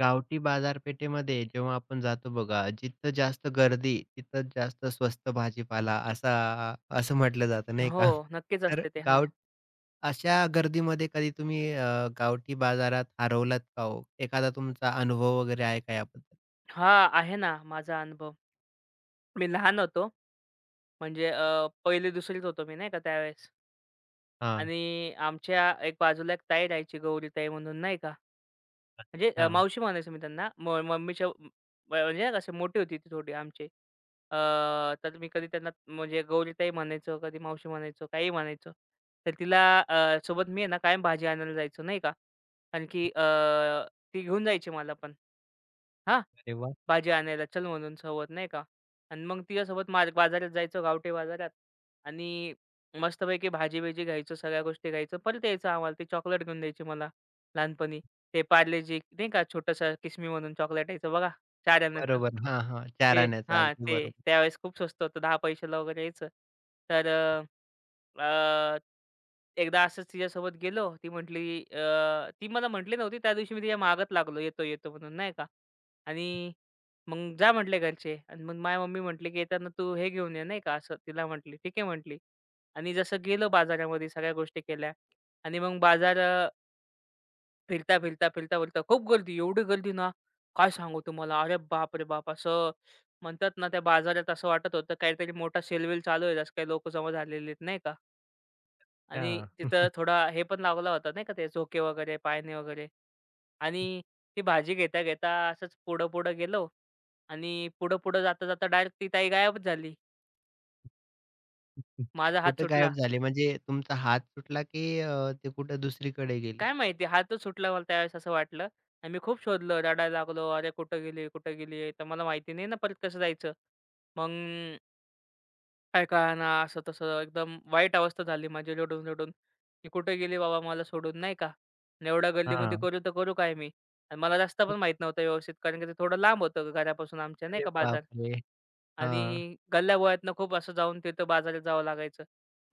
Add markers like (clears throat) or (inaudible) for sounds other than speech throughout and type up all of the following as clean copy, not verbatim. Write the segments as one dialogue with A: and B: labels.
A: गावठी बाजारपेठेमध्ये जेव्हा आपण जातो बघा, जिथं जास्त गर्दी, तिथं जास्त स्वस्त भाजीपाला असं म्हटलं जातं नाही
B: हो,
A: का? (laughs)
B: नक्कीच
A: तर
B: असते ते.
A: गाव
B: हां.
A: अशा गर्दीमध्ये कधी तुम्ही गावठी बाजारात हरवलात का हो? एखादा तुमचा अनुभव वगैरे आहे का याबद्दल?
B: हां, आहे ना माझा अनुभव. मी लहान होतो म्हणजे 1ली-2रीत होतो मी नाही का त्यावेळेस.
A: हां,
B: आणि आमच्या एक बाजूला एक ताई राहायची गौरीताई म्हणून नाही का. म्हणजे
A: हां.
B: मावशी म्हणायचो मी त्यांना. मम्मीच्या म्हणजे नाही का, अशी मोठी होती ती थोडी आमची. अ, तर मी कधी त्यांना म्हणजे गौरीताई म्हणायचो, कधी मावशी म्हणायचो, काही म्हणायचो. तर तिला सोबत मी आहे ना कायम भाजी आणायला जायचो नाही का. कारण की ती घेऊन जायची मला पण. हां.
A: अरे वाह!
B: भाजी आणायला चल म्हणून सोबत नाही का. आणि मग तिच्यासोबत मार बाजारात जायचो गावठी बाजारात, आणि मस्तपैकी भाजी-बिजी घ्यायचो, सगळ्या गोष्टी घ्यायचो. परत यायचं आम्हाला, ती चॉकलेट घेऊन द्यायची मला लहानपणी. ते पार्लेजी नाही का, छोटंसं किस्मी म्हणून चॉकलेट यायचं बघा, 4 आण्याचं.
A: बरोबर. हां, हां.
B: ते
A: 4 आण्याचा.
B: हां,
A: अगदी
B: ते
A: बरोबर.
B: त्यावेळेस खूप स्वस्त होतं, 10 पैशाला वगैरे यायचं. तर अ, अ, एकदा असंच तिच्यासोबत गेलो. ती मला म्हटली नव्हती. त्या दिवशी मी तिच्या मागत लागलो, "येतो, येतो" म्हणून नाही का. आणि मग जा म्हटले घरचे, आणि मग माझ्या मम्मी म्हटली, की "येताना तू हे घेऊन ये" नाही का असं तिला म्हटली. "ठीक आहे" म्हटली. आणि जसं गेलो बाजारामध्ये सगळ्या गोष्टी केल्या, आणि मग फिरता, फिरता, फिरता, फिरता खूप गर्दी, एवढी गर्दी ना, काय सांगू तुम्हाला. अरे बापरे बाप! असं म्हणतात ना, त्या बाजारात असं वाटत होतं काहीतरी मोठा सेल चालू आहे. जसं काही लोकं जमा झालेले आहेत, नाही का? आणि
A: हां.
B: तिथं
A: (laughs)
B: थोडा हे पण लावला होता नाही का, ते झोके वगैरे, पाळणे वगैरे. आणि ती भाजी घेता, घेता असंच पुढं-पुढं गेलो, आणि पुढं-पुढं जाता, जाता डायरेक्ट ती ताई गायबच झाली. माझा हात
A: कुठं
B: सुटला.
A: गायब झाले? म्हणजे तुमचा हात सुटला की ते कुठं दुसरीकडे गेली?
B: काय माहिती, हातच सुटला मला त्यावेळेस असं वाटलं. आणि मी खूप शोधलं, रडायला लागलो. "अरे कुठं गेली? कुठं गेली?" तर मला माहिती नाही ना परत कसं जायचं. मग काय कळेना, असं-तसं एकदम वाईट अवस्था झाली माझी रडून-रडून. की कुठे गेली बाबा मला सोडून, नाही का? आणि एवढ्या गर्दीमध्ये
A: हां.
B: करू तर करू काय मी? आणि मला रस्ता पण माहीत नव्हता व्यवस्थित, कारण की ते थोडं लांब होतं घरापासून आमच्या, नाही
A: अरे
B: का, बाजार.
A: बापरे! हां.
B: आणि गल्ल्या-बोळ्यातनं खूप असं जाऊन तिथं बाजारात जावं लागायचं.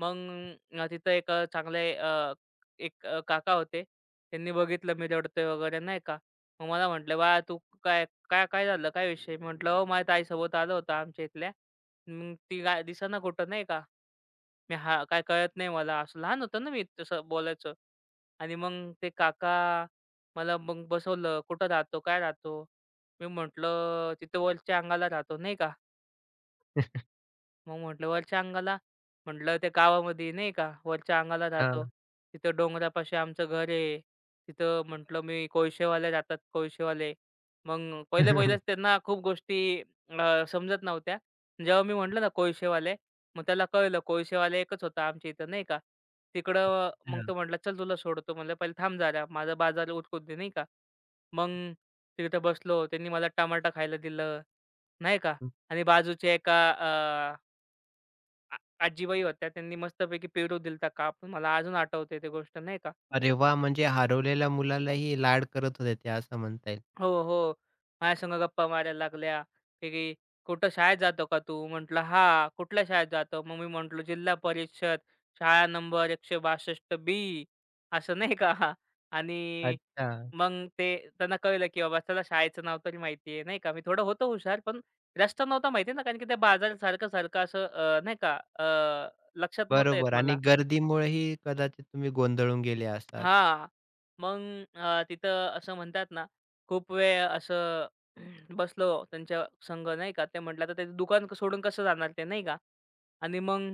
B: मग अ, तिथं एक अ, चांगले अ, एक अ, काका होते. त्यांनी बघितलं मी रडतोय वगैरे नाही का. मग मला म्हटले, "बाळा तू काय काय काय झालं? काय विषय?" म्हटलं, "अहो माझ्या ताईसोबत आलो होतो आमच्या इथल्या. मग ती काय दिसेना कुठं नाही का. मी हा काय कळत नाही मला." असं लहान होतो ना मी तसं बोलायचं. आणि मग ते काका मला मग बसवलं, "कुठं राहतो? काय राहतो?" मी म्हटलं, "तिथं वरच्या अंगाला राहतो." नाही का.
A: हां. (laughs)
B: मग म्हटलं वरच्या अंगाला, म्हटलं त्या गावामध्ये नाही का वरच्या अंगाला राहतो. तिथं डोंगरापाशी आमचं घर आहे. तिथं म्हटलं मी कोळशेवाले राहतात कोळशेवाले. मग पहिले-पहिलेच
A: (laughs)
B: त्यांना खूप गोष्टी समजत नव्हत्या. जेव्हा मी म्हटलं ना कोळशेवाले, मग त्याला कळलं कोळशेवाले एकच होता आमच्या इथं नाही का. तिकडं मग
A: अच्छा.
B: तो म्हटला, "चल तुला सोडतो." म्हणलं, "पहिले थांब जरा माझा बाजार उरकू दे." नाही का. मग तिथं बसलो. त्यांनी मला टमाटा खायला दिलं, नाही का.
A: हं.
B: आणि बाजूच्या एका आ आजीबाई होत्या, त्यांनी मस्तपैकी पेरू दिलता कापून. मला अजून आठवते ते गोष्ट नाही का.
A: अरे वाह! म्हणजे हरवलेल्या मुलालाही लाड करत होते ते असं म्हणता येईल.
B: हो, हो. माझ्यासंग गप्पा मारायला लागल्या, की की, "कुठं शाळेत जातो का तू?" म्हटलं, "हां." "कुठल्या शाळेत जातो?" मग मी म्हटलो, "जिल्हा परिषद शाळा नंबर 162 बी." असं नाही का. (laughs) आणि
A: अच्छा.
B: मग ते त्यांना कळलं, की बाबा त्याला शाळेचं नाव तरी माहिती आहे नाही का. मी थोडं होतो हुशार, पण रस्ता नव्हता माहिती ना, कारण की त्या बाजारात सारखं-सारखं असं नाही का लक्षात नव्हतं येत
A: बरोबर आणि
B: मला.
A: गर्दीमुळेही कदाचित तुम्ही गोंधळून गेले असाल.
B: हां. मग तिथं असं म्हणतात ना, खूप वेळ असं (clears throat) बसलो त्यांच्या संग नाही का. ते म्हटलं, "आता त्याचं दुकान सोडून कसं जाणार ते?" नाही का. आणि मग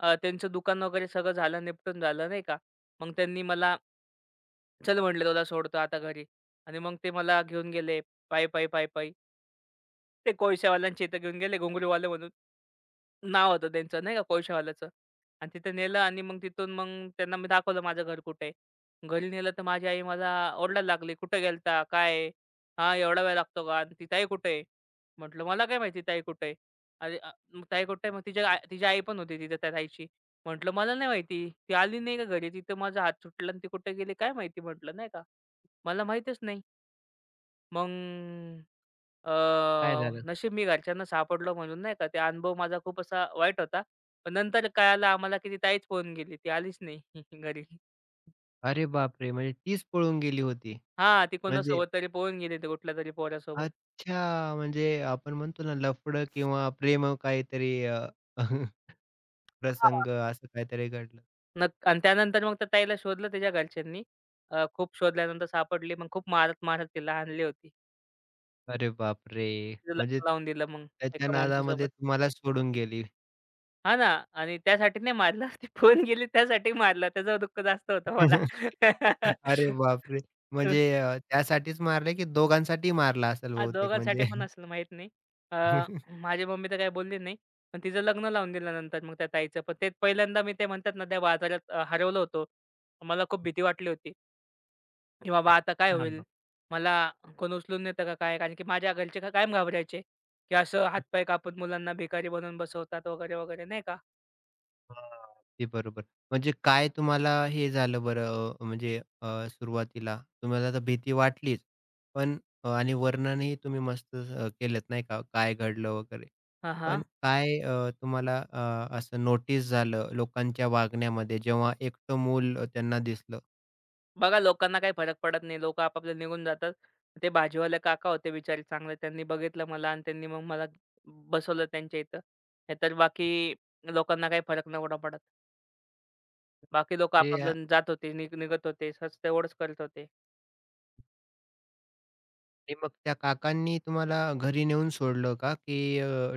B: अ, त्यांचं दुकान वगैरे सगळं झालं, निपटून झालं नाही का. मग त्यांनी मला, "चल," म्हटले, "तुला सोडतो आता घरी." आणि मग ते मला घेऊन गेले पायी, पायी, पायी, पायी. ते कोळशावाल्यांच्या इथं घेऊन गेले घुंगरूवाले म्हणून. नाव होतं त्यांचं नाही का कोळशावाल्याचं. आणि तिथे नेलं आणि मग तिथून मग त्यांना मी दाखवलं माझं घर कुठे आहे. घरी नेलं तर माझी आई मला ओरडायला लागली, "कुठे गेलता? काय आहे? हां, एवढा वेळ लागतो का? आणि ती ताई कुठे आहे?" म्हटलं, "मला काय माहिती ताई कुठे आहे?" "अरे, मग ताई कुठे आहे?" मग तिच्या आ तिची आई पण होती तिथे त्या ताईची. म्हटलं, "मला नाही माहिती. ती आली नाही का घरी? तिथं माझा हात सुटला आणि ती कुठे गेली काय माहिती?" म्हटलं, नाही का. "मला माहीतच नाही." मग अ,
A: काय झालं?
B: नशीब मी घरच्यांना सापडलो म्हणून नाही का, ते अनुभव माझा खूप असा वाईट होता. पण नंतर कळालं आम्हाला की ती ताईच पळून गेली. ती आलीच नाही (laughs) घरी.
A: अरे बापरे! म्हणजे तीच पळून गेली होती.
B: हां, ती
A: म्हणजे
B: कोणासोबत तरी पळून गेली, ती कुठल्यातरी पोरासोबत.
A: अच्छा, म्हणजे आपण म्हणतो ना लफडं किंवा प्रेमळ काहीतरी (laughs)
B: हां.
A: प्रसंग असं काहीतरी घडलं.
B: आणि त्यानंतर मग त्या ताईला शोधलं तिच्या घरच्यांनी. खूप शोधल्यानंतर सापडली. मग खूप मारत-मारत तिला आणली होती.
A: अरे बापरे!
B: तिचं
A: म्हणजे
B: लग्न लावून दिलं मग
A: त्याच्या
B: एका
A: नादामध्ये
B: माणसासोबत.
A: तुम्हाला सोडून गेली.
B: हां ना. आणि त्यासाठी नाही मारलं. (laughs) ती पळून गेली त्यासाठी मारलं. त्याचं दुःख जास्त होतं मला.
A: (laughs) अरे बापरे! म्हणजे
B: (laughs)
A: त्यासाठीच मारले की दोघांसाठी मारला असेल
B: हां,
A: बहुतेक म्हणजे.
B: दोघांसाठी पण असेल माहीत नाही. अ,
A: (laughs)
B: माझी मम्मी तर काही बोलली नाही. पण तिचं लग्न लावून दिलं नंतर मग त्या ताईचं. पण ते पहिल्यांदा मी ते म्हणतात ना, त्या बाजारात हरवलं होतो. मला खूप भीती वाटली होती, की बाबा आता काय होईल?
A: अच्छा.
B: मला कोण उचलून नेतं का काय? कारण की माझ्या घरचे का कायम घाबरायचे, की असं हातपाय कापून मुलांना भिकारी बनवून बसवतात वगैरे, वगैरे नाही का?
A: हां. ते बरोबर. म्हणजे काय तुम्हाला हे झालं बरं सुरुवातीला तुम्हाला तर भीती वाटलीच. पण आणि वर्णनही तुम्ही मस्त केलंत नाही का, काय घडलं वगैरे.
B: हां,
A: पण
B: हां.
A: काय तुम्हाला असं नोटीस झालं लोकांच्या वागण्यामध्ये जेव्हा एकटं मूल त्यांना दिसलं?
B: बघा लोकांना काही फरक पडत नाही. लोकं आपापले निघून जातात. ते भाजीवाले काका होते बिचारे चांगले. त्यांनी बघितलं मला आणि त्यांनी मग मला बसवलं त्यांच्या इथं. नाहीतर बाकी लोकांना काही फरक नव्हता पडत. बाकी लोकं
A: ते
B: आपापलं जात होते, निघत होते. सहज तेवढंच करत होते.
A: आणि मग त्या काकांनी तुम्हाला घरी नेऊन सोडलं का? की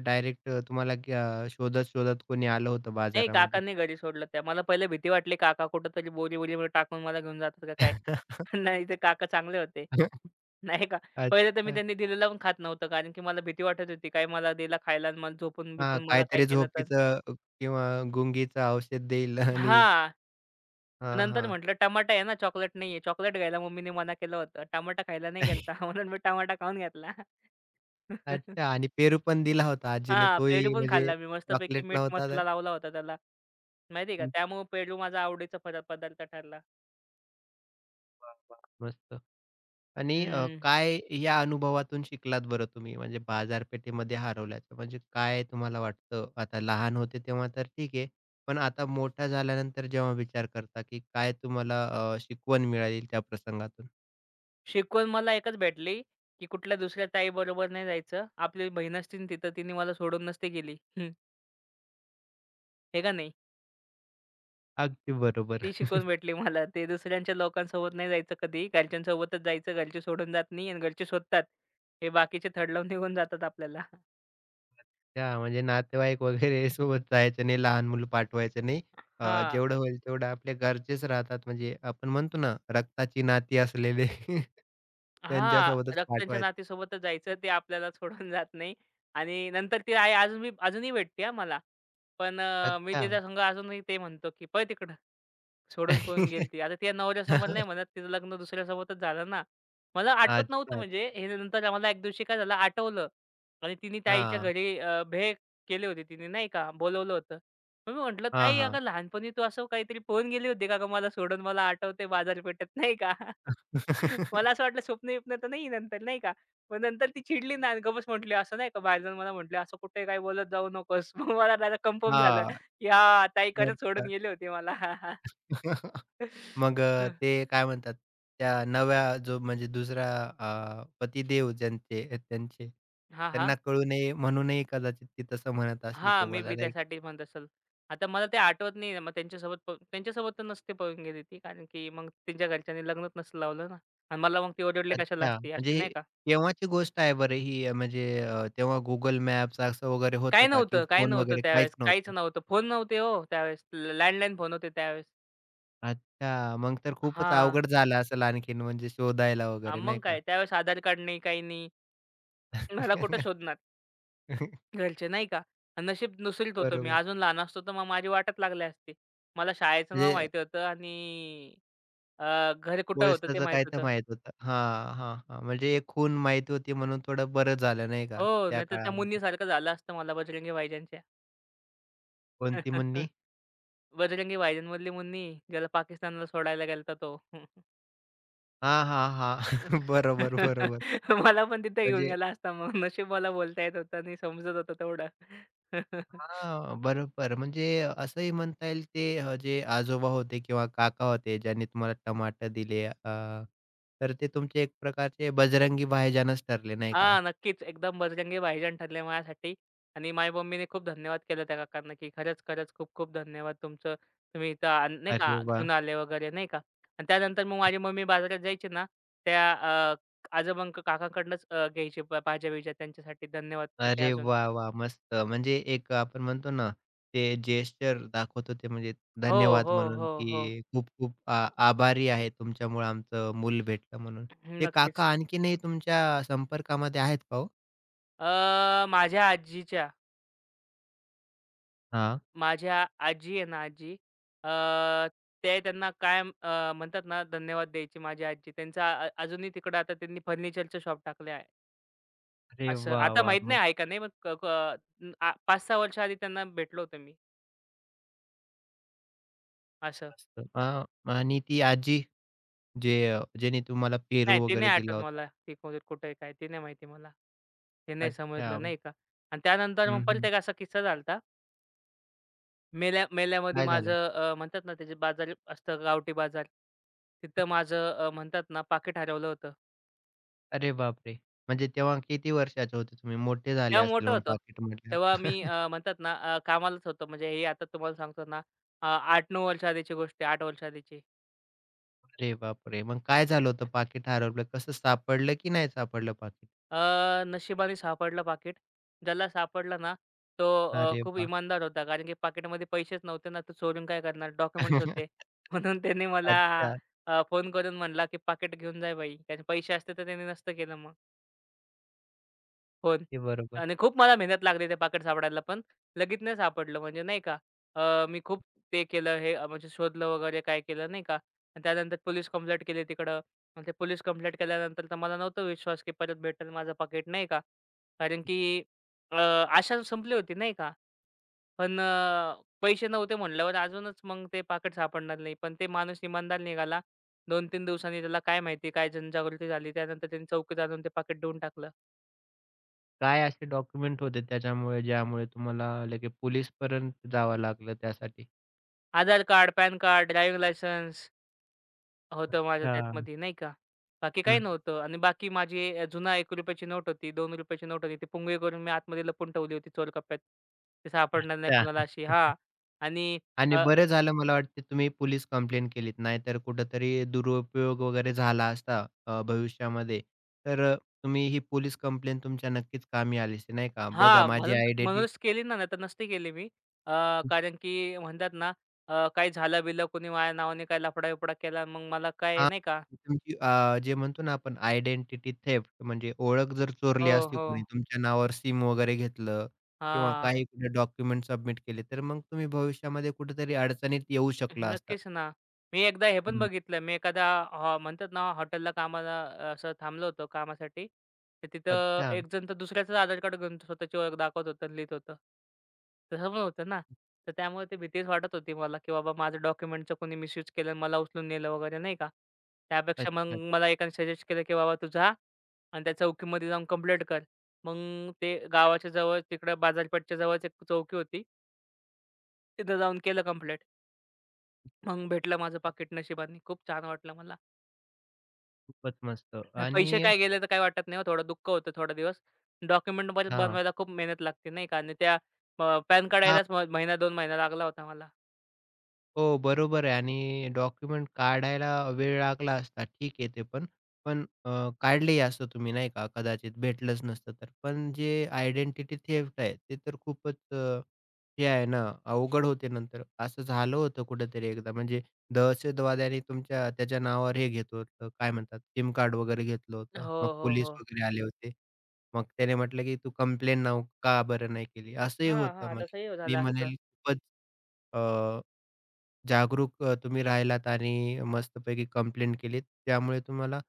A: डायरेक्ट तुम्हाला ग्या शोधत-शोधत कोणी आलं होतं
B: नाही
A: बाजारामध्ये?
B: काकांनी घरी सोडलं त्या. मला पहिले भीती वाटली काका कुठेतरी बोरी-बिरीमध्ये टाकून मला घेऊन जातात का काय?
A: (laughs)
B: (laughs) नाही ते काका चांगले होते. नाही का. पहिले तर मी
A: अच्छा.
B: त्यांनी दिलेलं पण खात नव्हतं, कारण की मला भीती वाटत होती. काय मला दिला खायला आणि मला
A: हां,
B: झोपून-बिपून मला काय
A: काहीतरी
B: केलं तर.
A: झोपीचं किंवा गुंगीचं औषध देईल आणि
B: हां.
A: हां,
B: नंतर
A: हां.
B: म्हटलं टमाटा आहे ना, चॉकलेट नाहीये. चॉकलेट घ्यायला मम्मीने मना केलं होतं. टमाटा खायला नाही गेलता
A: (laughs)
B: (laughs) म्हणून मी टमाटा खाऊन घेतला. (laughs)
A: अच्छा आणि पेरू पण दिला होता आजीने
B: हां, पेरू
A: तोही
B: पण
A: म्हणजे
B: खाल्ला मी मस्तपैकी,
A: चॉकलेट
B: मीठ
A: नव्हता तर?
B: मसाला लावला होता त्याला, माहिती आहे का?
A: हं,
B: त्यामुळे पेरू माझा आवडीचा पदार्थ ठरला.
A: वाह, वाह! मस्त. आणि
B: हं.
A: काय या अनुभवातून शिकलात बरं तुम्ही? म्हणजे बाजारपेठेमध्ये हरवल्याचं म्हणजे काय तुम्हाला वाटतं? आता लहान होते तेव्हा तर ठीक आहे. पण आता मोठा झाल्यानंतर जेव्हा विचार करता, की काय तुम्हाला शिकवण मिळाली त्या प्रसंगातून?
B: शिकवण मला एकच भेटली, की कुठल्या दुसऱ्या ताईबरोबर नाही जायचं. आपली बहीण असती ना तिथं, तिने मला सोडून नसती गेली. (laughs) हं, का नाही? ती
A: अगदी बरोबर.
B: ती शिकवण भेटली मला. ते दुसऱ्यांच्या लोकांसोबत नाही जायचं कधी. घरच्यांसोबतच जायचं. घरचे सोडून जात नाही आणि घरचे शोधतात. हे बाकीचे थड लावून निघून जातात आपल्याला.
A: हां, म्हणजे नातेवाईक वगैरे (laughs) सोबत जायचं नाही, लहान मुलं पाठवायचं नाही.
B: हां.
A: जेवढं होईल तेवढं आपल्या घरचेच राहतात. म्हणजे आपण म्हणतो ना, रक्ताची नाती असलेले (laughs)
B: हां.
A: त्यांच्यासोबतच
B: रक्ताच्या
A: पाठवायचं.
B: नातीसोबतच जायचं. ते आपल्याला सोडून जात नाही. आणि नंतर ती आई अजून मी अजूनही भेटते हां मला. पण मी
A: अच्छा.
B: त्याच्यासंग अजूनही ते म्हणतो, की "पळ तिकडं." सोडून पळून
A: (laughs)
B: गेलती. आता त्या नवऱ्यासमोर नाही म्हणत, तिचं लग्न दुसऱ्यासोबतच झालं ना. मला आठवत नव्हतं,
A: अच्छा.
B: म्हणजे हे नंतर आम्हाला एक दिवशी काय झालं आठवलं. आणि तिने त्या
A: हां.
B: घरी भेळ केली होती तिने नाही का, बोलवलं होतं. मग मी म्हटलं,
A: हां,
B: "ताई
A: हां.
B: अगं लहानपणी तू असं काहीतरी पळून गेली होती का गं मला सोडून? मला आठवतंय बाजारपेठेत." नाही का. (laughs) मला असं
A: (laughs)
B: वाटलं स्वप्न-बिप्न तर नाही नंतर नाही का. पण नंतर ती चिडली ना, आणि गबस म्हटली असं नाही का, बाहेर जाऊन मला म्हटली, "असं कुठे काही बोलत जाऊ नकोस." (laughs) मग मला जरा कन्फर्म झालं,
A: हां.
B: की हां, ताई खरंच सोडून
A: अच्छा.
B: गेली होती मला.
A: (laughs)
B: (laughs)
A: मग
B: हं.
A: ते काय म्हणतात त्या नव्या जो म्हणजे दुसरा पतिदेव ज्यांचे आहेत त्यांचे,
B: हां, हां.
A: त्यांना कळू नये म्हणूनही कदाचित ती तसं म्हणत असेल
B: हां, मे
A: तुम्हाला
B: बी
A: नाही का?
B: त्यासाठी म्हणत असेल. आता मला ते आठवत नाही आहे. मग त्यांच्यासोबत तर नसते पळून गेली ती, कारण की मग त्यांच्या घरच्यांनी लग्नच नसलं लावलं ना. आणि मला मग ती ओरडले कशाला
A: अच्छा.
B: असती
A: म्हणजे
B: अशी, नाही का.
A: केव्हाची गोष्ट आहे बरं ही तेव्हा Google Maps असं वगैरे होतं
B: काही
A: का? की
B: नव्हतं, काही
A: फोन
B: नव्हतं
A: वगैरे
B: त्यावेळेस.
A: काहीच
B: काहीच
A: नव्हतं?
B: नव्हतं. फोन नव्हते हो त्यावेळेस. लँडलाईन फोन होते त्यावेळेस.
A: अच्छा. मग तर खूपच
B: हां.
A: अवघड झालं असेल आणखीन म्हणजे शोधायला वगैरे
B: मग
A: नाही का?
B: काय त्यावेळेस आधार कार्ड नाही, काही नाही. मला कुठं
A: (laughs)
B: शोधणार घरचे, नाही का. आणि नशीब दुसरीत होतो मी.
A: बरोबर.
B: अजून लहान असतो तर मग माझी वाटच लागली असती. मला शाळेचं नाव
A: म्हणजे
B: माहिती होतं, आणि घर कुठं होतं ते
A: कोळशाचं
B: माहीत
A: काय तर
B: होतं.
A: माहीत होतं. हां, हां, हां. म्हणजे एक खूण माहीत होती म्हणून थोडं बरं झालं नाही का
B: हो,
A: त्या
B: नाहीतर त्या
A: काळामध्ये.
B: मुन्नीसारखं झालं असतं मला बजरंगी भाईजानच्या.
A: कोणती म्हणणी?
B: (laughs) बजरंगी भाईजानमधली मुन्नी, ज्याला पाकिस्तानला सोडायला गेलता तो.
A: हां, हां, हां. (laughs)
B: (laughs)
A: बरोबर, बरोबर.
B: मला पण तिथे घेऊन
A: म्हणजे
B: गेला असता मग. नशीब मला बोलता येत होतं आणि समजत होतं तेवढं. (laughs)
A: हां, बरोबर. म्हणजे असंही म्हणता येईल ते जे आजोबा होते किंवा काका होते ज्यांनी तुम्हाला टमाटे दिले तर ते तुमचे एक प्रकारचे बजरंगी भाईजानच ठरले नाही का?
B: हां, नक्कीच. एकदम बजरंगी भाईजान ठरले माझ्यासाठी. आणि माझ्या मम्मीने खूप धन्यवाद केला त्या काकांना, की खरंच, खरंच खूप खूप धन्यवाद तुमचं. तुम्ही इथं आल नाही का,
A: अरे वाह!
B: घेऊन आले वगैरे नाही का. आणि त्यानंतर मग माझी मम्मी बाजारात जायची ना, त्या अ, आजोबांक काकांकडनंच घ्यायची भाज्या-बिज्या त्यांच्यासाठी धन्यवादसाठी
A: अरे
B: अजून.
A: वाह! वाह! मस्त. म्हणजे एक आपण म्हणतो ना, ते जेस्चर दाखवत होते म्हणजे
B: हो,
A: धन्यवाद
B: हो,
A: म्हणून,
B: हो, हो.
A: की खूप-खूप आ आभारी आहे तुमच्यामुळे आमचं मूल भेटलं म्हणून.
B: हम्म,
A: ते काका
B: नक्कीच.
A: आणखीनही तुमच्या संपर्कामध्ये आहेत का हो?
B: अ, माझ्या आजीच्या
A: हां.
B: माझ्या आजी आहे ना आजी, अ, ते त्यांना कायम म्हणतात ना धन्यवाद द्यायची माझी आजी. त्यांचा अजूनही तिकडं आता त्यांनी फर्निचरचं शॉप टाकलं आहे.
A: अरे
B: असं
A: वाह!
B: आता
A: वाह!
B: माहीत नाही
A: मस्त,
B: आहे का नाही, पण क क वर्ष आधी त्यांना भेटलो होतो मी असं.
A: मस्त. आणि ती आजी जे ज्याने तुम्हाला पेरू
B: नाही ते
A: वगैरे
B: नाही
A: दिला
B: आठवत
A: होता.
B: मला, ती कुठे कुठे आहे काय? ते नाही माहिती मला. ते नाही
A: अच्छा
B: समजलं नाही
A: म्हणजे
B: का? आणि त्यानंतर मग
A: हं,
B: परत
A: हं.
B: एक असा किस्सा झाला मेल्या मेल्यामध्ये.
A: काय झालं?
B: म्हणतात ना त्याचे बाजार असतं गावठी बाजार. तिथं माझं म्हणतात ना पाकीट हरवलं होतं.
A: अरे बापरे! म्हणजे तेव्हा किती वर्षाचे होते तुम्ही? मोठे झाले
B: तेव्हा
A: असतील
B: मोठं
A: मग
B: होतो.
A: पाकीट म्हटल्यावर.
B: तेव्हा मी
A: (laughs)
B: अ, म्हणतात ना कामालाच होतो. म्हणजे हे आता तुम्हाला सांगतो ना, 8-9 वर्ष आधीची गोष्ट आहे, 8 वर्ष आधीची.
A: अरे बापरे! मग काय झालं होतं पाकीट हरवलं? कसं सापडलं की नाही सापडलं पाकीट?
B: अ, नशिबाने सापडलं पाकीट. ज्याला सापडला ना, तो
A: अरे
B: खूप
A: वाह!
B: इमानदार होता. कारण की पाकीटमध्ये पैसेच नव्हते ना, तो चोरून काय करणार? डॉक्युमेंट्स होते.
A: (laughs)
B: (laughs) म्हणून त्यांनी मला
A: अच्छा.
B: फोन करून म्हणला, की "पाकीट घेऊन जा बाई." कारण पैसे असते तर त्याने नसतं केलं मग. हो.
A: ते बरोबर.
B: आणि खूप मला मेहनत लागली ते पाकीट सापडायला, पण लगेच नाही सापडलं म्हणजे नाही का. मी खूप ते केलं हे म्हणजे शोधलं वगैरे काय केलं नाही का, आणि त्यानंतर पोलीस कंप्लेंट केली तिकडं. आणि ते पोलीस कंप्लेंट केल्यानंतर तर मला नव्हतं विश्वास की परत भेटेल माझं पाकीट नाही का, कारण की आशा संपली होती नाही का. पण पैसे नव्हते म्हटल्यावर अजूनच मग ते पाकिट सापडणार नाही, पण ते माणूस इमानदार निघाला. 2-3 दिवसांनी त्याला काय माहिती काय जनजागृती झाली, त्यानंतर त्यांनी चौकीत आणून ते पाकिट देऊन टाकलं.
A: काय असे डॉक्युमेंट होते त्याच्यामुळे ज्यामुळे तुम्हाला लगे पोलिसपर्यंत जावं लागलं त्यासाठी?
B: Aadhaar card, PAN card, driving licence होतं माझं
A: हां.
B: त्यातमध्ये नाही का. बाकी
A: हं.
B: काही नव्हतं, आणि बाकी माझी जुना ₹1 ची नोट होती, ₹2 ची नोट होती. ती पुंगळी करून मी आतमध्ये लपवून ठेवली होती चोर कप्प्यात. ती सापडणार नाही
A: अच्छा.
B: कोणाला अशी, हां.
A: (laughs)
B: आणि
A: आणि
B: अ,
A: बरं झालं मला वाटते तुम्ही पोलीस कंप्लेंट केलीत. नाहीतर कुठेतरी दुरुपयोग वगैरे झाला असता भविष्यामध्ये. तर तुम्ही ही पोलीस कंप्लेंट तुमच्या नक्कीच कामी आली असती, नाही का? बघा
B: हां,
A: माझी
B: म्हणून
A: (laughs) आयडेंटी
B: म्हणूनच केली ना, नाहीतर नसती केली मी. अ, कारण की म्हणतात ना, काही झालं-बिलं कोणी माझ्या नावाने काही लफडा-बिफडा केला, मग मला काय
A: हां,
B: नाही का.
A: तुमची जे म्हणतो ना आपण आयडेंटिटी थेफ्ट म्हणजे ओळख जर चोरली
B: हो,
A: असती
B: हो.
A: कोणी तुमच्या नावावर सिम वगैरे घेतलं किंवा
B: हां.
A: काही कुठे डॉक्युमेंट सबमिट केले, तर मग तुम्ही भविष्यामध्ये कुठेतरी अडचणीत येऊ शकला असतात.
B: नक्कीच ना. मी एकदा हे पण
A: हं.
B: बघितलं. मी एखादा म्हणतात ना हॉटेलला कामाला असं थांबलो होतो कामासाठी. तर तिथं
A: अच्छा,
B: एक जण तर दुसऱ्याचंच आधार कार्ड घेऊन स्वतःची ओळख दाखवत होतं आणि लिहित होतं. तसं पण होतं ना. तर त्यामुळे ती भीतीच वाटत होती मला, की बाबा माझं डॉक्युमेंटचं कोणी मिसयूज केलं आणि मला उचलून नेलं वगैरे नाही का. त्यापेक्षा मग
A: अच्छा.
B: मला एकाने सजेस्ट केलं, की "बाबा तू जा आणि त्या चौकीमध्ये जाऊन कंप्लेंट कर." मग ते गावाच्या जवळ तिकडं बाजारपेठच्या जवळच एक चौकी होती. तिथं जाऊन केलं कंप्लेंट. मग भेटलं माझं पाकीट नशिबाने. खूप छान वाटलं मला.
A: खूपच मस्त
B: हे
A: आणि
B: पैसे काय गेले तर काही वाटत नाही हो. थोडं दुःख होतं थोडा दिवस. डॉक्युमेंट
A: हां.
B: बनवायला खूप मेहनत लागते नाही का, आणि त्या पॅन कार्ड
A: हां.
B: यायलाच महिना 2 महिना लागला होता मला.
A: हो, बरोबर आहे आणि डॉक्युमेंट काढायला वेळ लागला असता ठीक आहे ते पण. पण काढलेही असतं तुम्ही नाही का, कदाचित भेटलंच नसतं तर. पण जे आयडेंटिटी थेफ्ट आहे ते तर खूपच हे आहे ना, अवघड होते नंतर. असं झालं होतं कुठेतरी एकदा म्हणजे दहशतवाद्यांनी तुमच्या त्याच्या नावावर हे घेतलं होतं, काय म्हणतात सिम कार्ड वगैरे घेतलं होतं.
B: हो,
A: मग
B: हो,
A: पोलीस
B: हो.
A: वगैरे आले होते. मग त्याने म्हटलं की "तू कंप्लेंट नाव का बरं नाही केली?" असंही
B: हां,
A: होतं
B: हां.
A: म्हणजे.
B: तसंही
A: मी
B: झालं असतं.
A: म्हणेल खूपच जागरूक तुम्ही राहिलात आणि मस्तपैकी कंप्लेंट केलीत. त्यामुळे तुम्हाला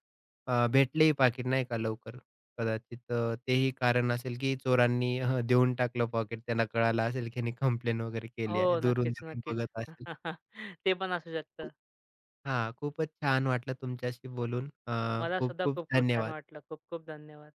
A: भेटलेही पाकीट नाही का लवकर. कदाचित तेही कारण असेल, की चोरांनी देऊन टाकलं पॉकेट. त्यांना कळालं असेल, की ह्यांनी कंप्लेंट वगैरे केली आहे.
B: हो. नक्कीच,
A: दुरून-दुरून
B: नक्कीच.
A: बघत असेल.
B: (laughs) ते पण असू शकतं.
A: हां, खूपच छान वाटलं तुमच्याशी बोलून.
B: मलासुद्धा
A: खूप-खूप
B: खूप खूप छान
A: धन्यवाद.
B: वाटलं. खूप खूप धन्यवाद.